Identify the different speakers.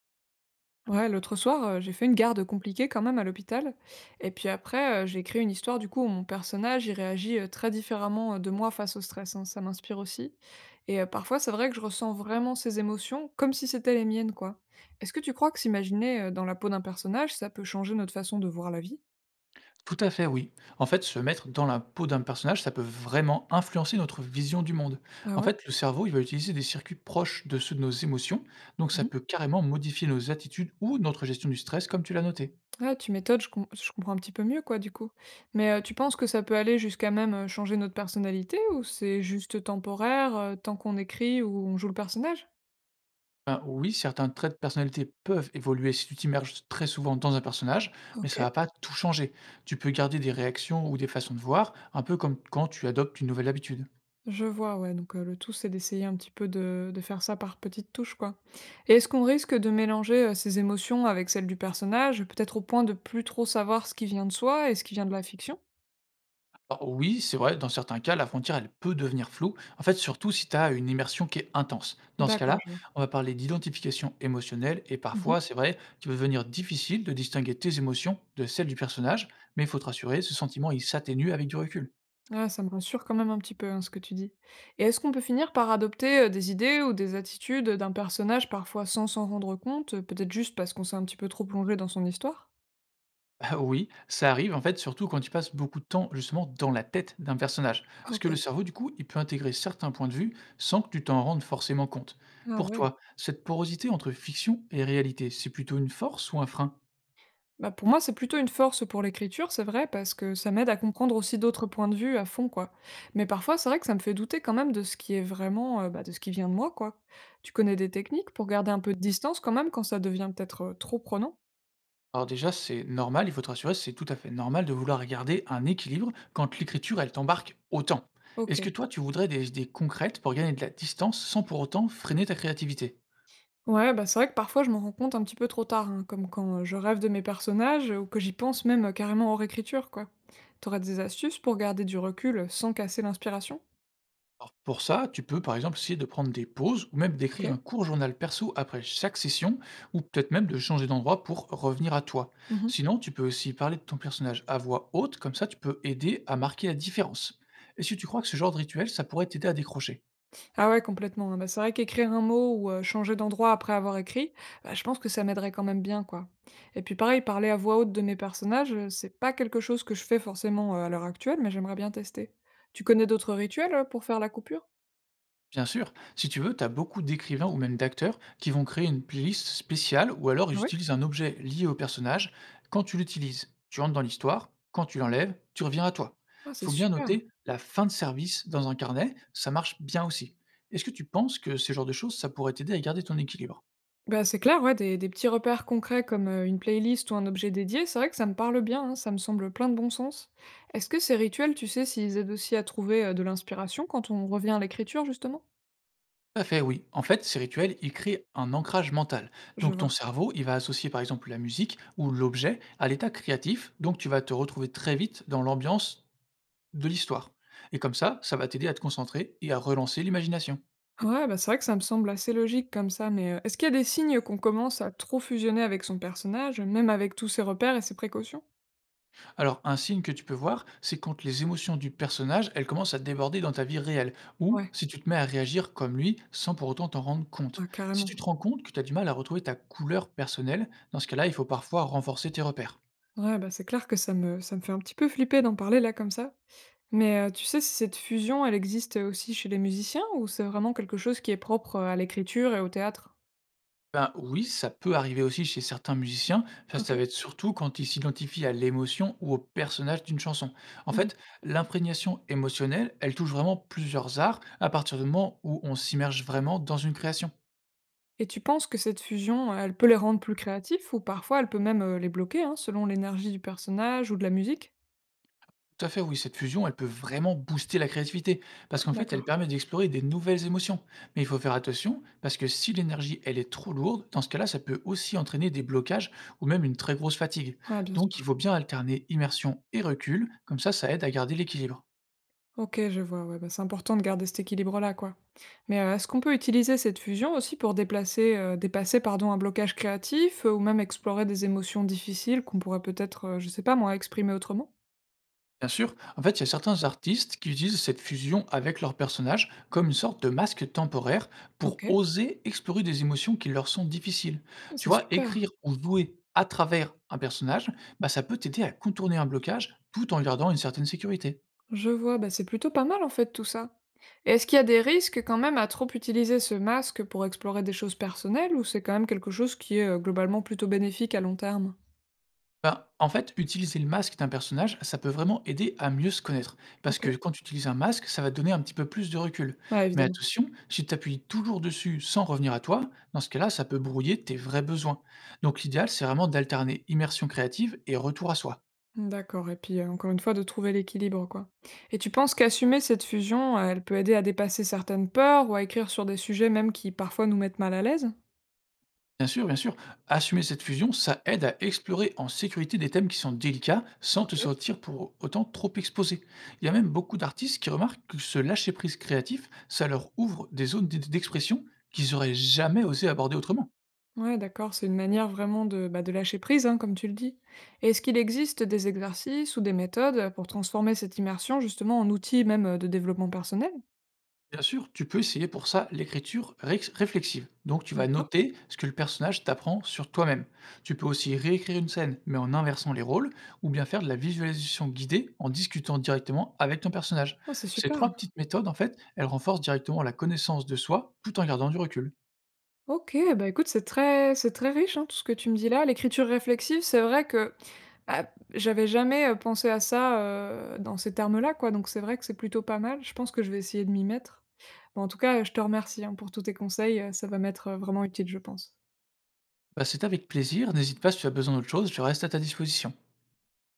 Speaker 1: Ouais, l'autre soir, j'ai fait une garde compliquée quand même à l'hôpital. Et puis après, j'ai écrit une histoire du coup où mon personnage, il réagit très différemment de moi face au stress, hein, ça m'inspire aussi. Et parfois, c'est vrai que je ressens vraiment ces émotions comme si c'était les miennes, quoi. Est-ce que tu crois que s'imaginer dans la peau d'un personnage, ça peut changer notre façon de voir la vie?
Speaker 2: Tout à fait, oui. En fait, se mettre dans la peau d'un personnage, ça peut vraiment influencer notre vision du monde.
Speaker 1: Ah
Speaker 2: En
Speaker 1: ouais?
Speaker 2: fait, le cerveau, il va utiliser des circuits proches de ceux de nos émotions, donc ça
Speaker 1: Mhm.
Speaker 2: peut carrément modifier nos attitudes ou notre gestion du stress, comme tu l'as noté.
Speaker 1: Ah, tu m'étonnes, je comprends un petit peu mieux, quoi, du coup. Mais tu penses que ça peut aller jusqu'à même changer notre personnalité ou c'est juste temporaire, tant qu'on écrit ou on joue le personnage?
Speaker 2: Ben oui, certains traits de personnalité peuvent évoluer si tu t'immerges très souvent dans un personnage, mais
Speaker 1: Ok.
Speaker 2: ça va pas tout changer. Tu peux garder des réactions ou des façons de voir, un peu comme quand tu adoptes une nouvelle habitude.
Speaker 1: Je vois, ouais, donc le tout, c'est d'essayer un petit peu de faire ça par petites touches, quoi. Et est-ce qu'on risque de mélanger, ses émotions avec celles du personnage, peut-être au point de plus trop savoir ce qui vient de soi et ce qui vient de la fiction?
Speaker 2: Alors oui, c'est vrai, dans certains cas, la frontière, elle peut devenir floue, en fait, surtout si tu as une immersion qui est intense. Dans ce
Speaker 1: D'accord,
Speaker 2: cas-là,
Speaker 1: je vois.
Speaker 2: on va parler d'identification émotionnelle et
Speaker 1: Mmh mh.
Speaker 2: parfois, c'est vrai, qu'il peut devenir difficile de distinguer tes émotions de celles du personnage, mais il faut te rassurer, ce sentiment, il s'atténue avec du recul.
Speaker 1: Ouais, ça me rassure quand même un petit peu, hein, ce que tu dis. Et est-ce qu'on peut finir par adopter, des idées ou des attitudes d'un personnage parfois sans s'en rendre compte, peut-être juste parce qu'on s'est un petit peu trop plongé dans son histoire?
Speaker 2: Ah oui, ça arrive, en fait, surtout quand tu passes beaucoup de temps, justement, dans la tête d'un personnage. Parce que
Speaker 1: OK.
Speaker 2: le cerveau, du coup, il peut intégrer certains points de vue sans que tu t'en rendes forcément compte.
Speaker 1: Ah
Speaker 2: Pour
Speaker 1: ouais.
Speaker 2: toi, cette porosité entre fiction et réalité, c'est plutôt une force ou un frein?
Speaker 1: Bah, pour moi, c'est plutôt une force pour l'écriture, c'est vrai, parce que ça m'aide à comprendre aussi d'autres points de vue à fond, quoi. Mais parfois, c'est vrai que ça me fait douter quand même de ce qui est vraiment, bah, de ce qui vient de moi, quoi. Tu connais des techniques pour garder un peu de distance quand même quand ça devient peut-être trop prenant?
Speaker 2: Alors déjà, c'est normal, il faut te rassurer, c'est tout à fait normal de vouloir garder un équilibre quand l'écriture, elle t'embarque autant. Est-ce que
Speaker 1: Ok.
Speaker 2: toi, tu voudrais des idées concrètes pour gagner de la distance sans pour autant freiner ta créativité?
Speaker 1: Ouais, bah c'est vrai que parfois je m'en rends compte un petit peu trop tard, hein, comme quand je rêve de mes personnages ou que j'y pense même carrément hors écriture, quoi. T'aurais des astuces pour garder du recul sans casser l'inspiration?
Speaker 2: Alors pour ça, tu peux par exemple essayer de prendre des pauses ou même d'écrire un court journal perso après chaque session ou peut-être même de changer d'endroit pour revenir à toi.
Speaker 1: Ok.
Speaker 2: Sinon, tu peux aussi parler de ton personnage à voix haute, comme ça tu peux aider à marquer la différence. Est-ce que tu crois que ce genre de rituel, ça pourrait t'aider à décrocher?
Speaker 1: Ah ouais, complètement, hein. Bah, c'est vrai qu'écrire un mot ou changer d'endroit après avoir écrit, bah, je pense que ça m'aiderait quand même bien, quoi. Et puis pareil, parler à voix haute de mes personnages, c'est pas quelque chose que je fais forcément, à l'heure actuelle, mais j'aimerais bien tester. Tu connais d'autres rituels, pour faire la coupure?
Speaker 2: Bien sûr, si tu veux, tu as beaucoup d'écrivains ou même d'acteurs qui vont créer une playlist spéciale ou alors
Speaker 1: Ah
Speaker 2: ils
Speaker 1: ouais?
Speaker 2: utilisent un objet lié au personnage. Quand tu l'utilises, tu entres dans l'histoire. Quand tu l'enlèves, tu reviens à toi.
Speaker 1: Ah,
Speaker 2: Il
Speaker 1: c'est
Speaker 2: faut bien
Speaker 1: super.
Speaker 2: noter la fin de service dans un carnet, ça marche bien aussi. Est-ce que tu penses que ce genre de choses, ça pourrait t'aider à garder ton équilibre?
Speaker 1: Bah, c'est clair, ouais, des petits repères concrets comme, une playlist ou un objet dédié, c'est vrai que ça me parle bien, hein, ça me semble plein de bon sens. Est-ce que ces rituels, tu sais s'ils aident aussi à trouver, de l'inspiration quand on revient à l'écriture, justement?
Speaker 2: Tout à fait, oui. En fait, ces rituels, ils créent un ancrage mental.
Speaker 1: Je
Speaker 2: Donc
Speaker 1: vois.
Speaker 2: ton cerveau, il va associer par exemple la musique ou l'objet à l'état créatif, donc tu vas te retrouver très vite dans l'ambiance de l'histoire. Et comme ça va t'aider à te concentrer et à relancer l'imagination.
Speaker 1: Ouais, bah, c'est vrai que ça me semble assez logique comme ça, mais est-ce qu'il y a des signes qu'on commence à trop fusionner avec son personnage, même avec tous ses repères et ses précautions?
Speaker 2: Alors, un signe que tu peux voir, c'est quand les émotions du personnage, elles commencent à déborder dans ta vie réelle, ou
Speaker 1: Ouais,
Speaker 2: si tu te mets à réagir comme lui sans pour autant t'en rendre compte.
Speaker 1: ah
Speaker 2: Si
Speaker 1: carrément.
Speaker 2: tu te rends compte que tu as du mal à retrouver ta couleur personnelle, dans ce cas-là, il faut parfois renforcer tes repères.
Speaker 1: Ouais, bah, c'est clair que ça me fait un petit peu flipper d'en parler là comme ça. Mais tu sais si cette fusion, elle existe, aussi chez les musiciens ou c'est vraiment quelque chose qui est propre, à l'écriture et au théâtre?
Speaker 2: Ben, oui, ça peut arriver aussi chez certains musiciens. Ça
Speaker 1: OK.
Speaker 2: va être surtout quand ils s'identifient à l'émotion ou au personnage d'une chanson. En
Speaker 1: Mmh.
Speaker 2: fait, l'imprégnation émotionnelle, elle touche vraiment plusieurs arts à partir du moment où on s'immerge vraiment dans une création.
Speaker 1: Et tu penses que cette fusion, elle peut les rendre plus créatifs ou parfois elle peut même, les bloquer, hein, selon l'énergie du personnage ou de la musique?
Speaker 2: Tout à fait, oui, cette fusion, elle peut vraiment booster la créativité parce qu'en fait,
Speaker 1: D'accord.
Speaker 2: elle permet d'explorer des nouvelles émotions. Mais il faut faire attention parce que si l'énergie, elle est trop lourde, dans ce cas-là, ça peut aussi entraîner des blocages ou même une très grosse fatigue.
Speaker 1: Ah bien
Speaker 2: Donc, il
Speaker 1: sûr.
Speaker 2: faut bien alterner immersion et recul, comme ça aide à garder l'équilibre.
Speaker 1: OK, je vois, ouais, bah, c'est important de garder cet équilibre-là, quoi. Mais, est-ce qu'on peut utiliser cette fusion aussi pour déplacer, dépasser, pardon, un blocage créatif, ou même explorer des émotions difficiles qu'on pourrait peut-être, je sais pas moi, exprimer autrement?
Speaker 2: Bien sûr, en fait, il y a certains artistes qui utilisent cette fusion avec leur personnage comme une sorte de masque temporaire pour
Speaker 1: OK.
Speaker 2: oser explorer des émotions qui leur sont difficiles.
Speaker 1: Oh,
Speaker 2: Tu
Speaker 1: c'est
Speaker 2: vois,
Speaker 1: super.
Speaker 2: écrire ou jouer à travers un personnage, bah, ça peut t'aider à contourner un blocage tout en gardant une certaine sécurité.
Speaker 1: Je vois, bah, c'est plutôt pas mal, en fait, tout ça. Et est-ce qu'il y a des risques quand même à trop utiliser ce masque pour explorer des choses personnelles ou c'est quand même quelque chose qui est, globalement plutôt bénéfique à long terme?
Speaker 2: Ben, en fait, utiliser le masque d'un personnage, ça peut vraiment aider à mieux se connaître. Parce que
Speaker 1: OK.
Speaker 2: quand tu utilises un masque, ça va te donner un petit peu plus de recul.
Speaker 1: Ouais,
Speaker 2: Mais
Speaker 1: évidemment.
Speaker 2: attention, si tu appuies toujours dessus sans revenir à toi, dans ce cas-là, ça peut brouiller tes vrais besoins. Donc l'idéal, c'est vraiment d'alterner immersion créative et retour à soi.
Speaker 1: D'accord et puis, encore une fois de trouver l'équilibre, quoi. Et tu penses qu'assumer cette fusion, elle peut aider à dépasser certaines peurs ou à écrire sur des sujets même qui parfois nous mettent mal à l'aise?
Speaker 2: Bien sûr, bien sûr. Assumer cette fusion, ça aide à explorer en sécurité des thèmes qui sont délicats sans te
Speaker 1: OK.
Speaker 2: sentir pour autant trop exposé. Il y a même beaucoup d'artistes qui remarquent que ce lâcher-prise créatif, ça leur ouvre des zones d'expression qu'ils auraient jamais osé aborder autrement.
Speaker 1: Ouais d'accord, c'est une manière vraiment de, bah, de lâcher prise, hein, comme tu le dis. Et est-ce qu'il existe des exercices ou des méthodes, pour transformer cette immersion justement en outil même, de développement personnel?
Speaker 2: Bien sûr, tu peux essayer pour ça l'écriture réflexive. Donc tu vas
Speaker 1: D'accord.
Speaker 2: noter ce que le personnage t'apprend sur toi-même. Tu peux aussi réécrire une scène, mais en inversant les rôles, ou bien faire de la visualisation guidée en discutant directement avec ton personnage.
Speaker 1: Ah c'est
Speaker 2: Ces
Speaker 1: super.
Speaker 2: trois petites méthodes, en fait, elles renforcent directement la connaissance de soi tout en gardant du recul.
Speaker 1: OK, bah, écoute, c'est très riche, hein, tout ce que tu me dis là. L'écriture réflexive, c'est vrai que, bah, j'avais jamais, pensé à ça, dans ces termes-là, quoi, donc c'est vrai que c'est plutôt pas mal. Je pense que je vais essayer de m'y mettre. Bah, en tout cas, je te remercie, hein, pour tous tes conseils, ça va m'être, vraiment utile, je pense.
Speaker 2: Bah, c'est avec plaisir, n'hésite pas si tu as besoin d'autre chose, je reste à ta disposition.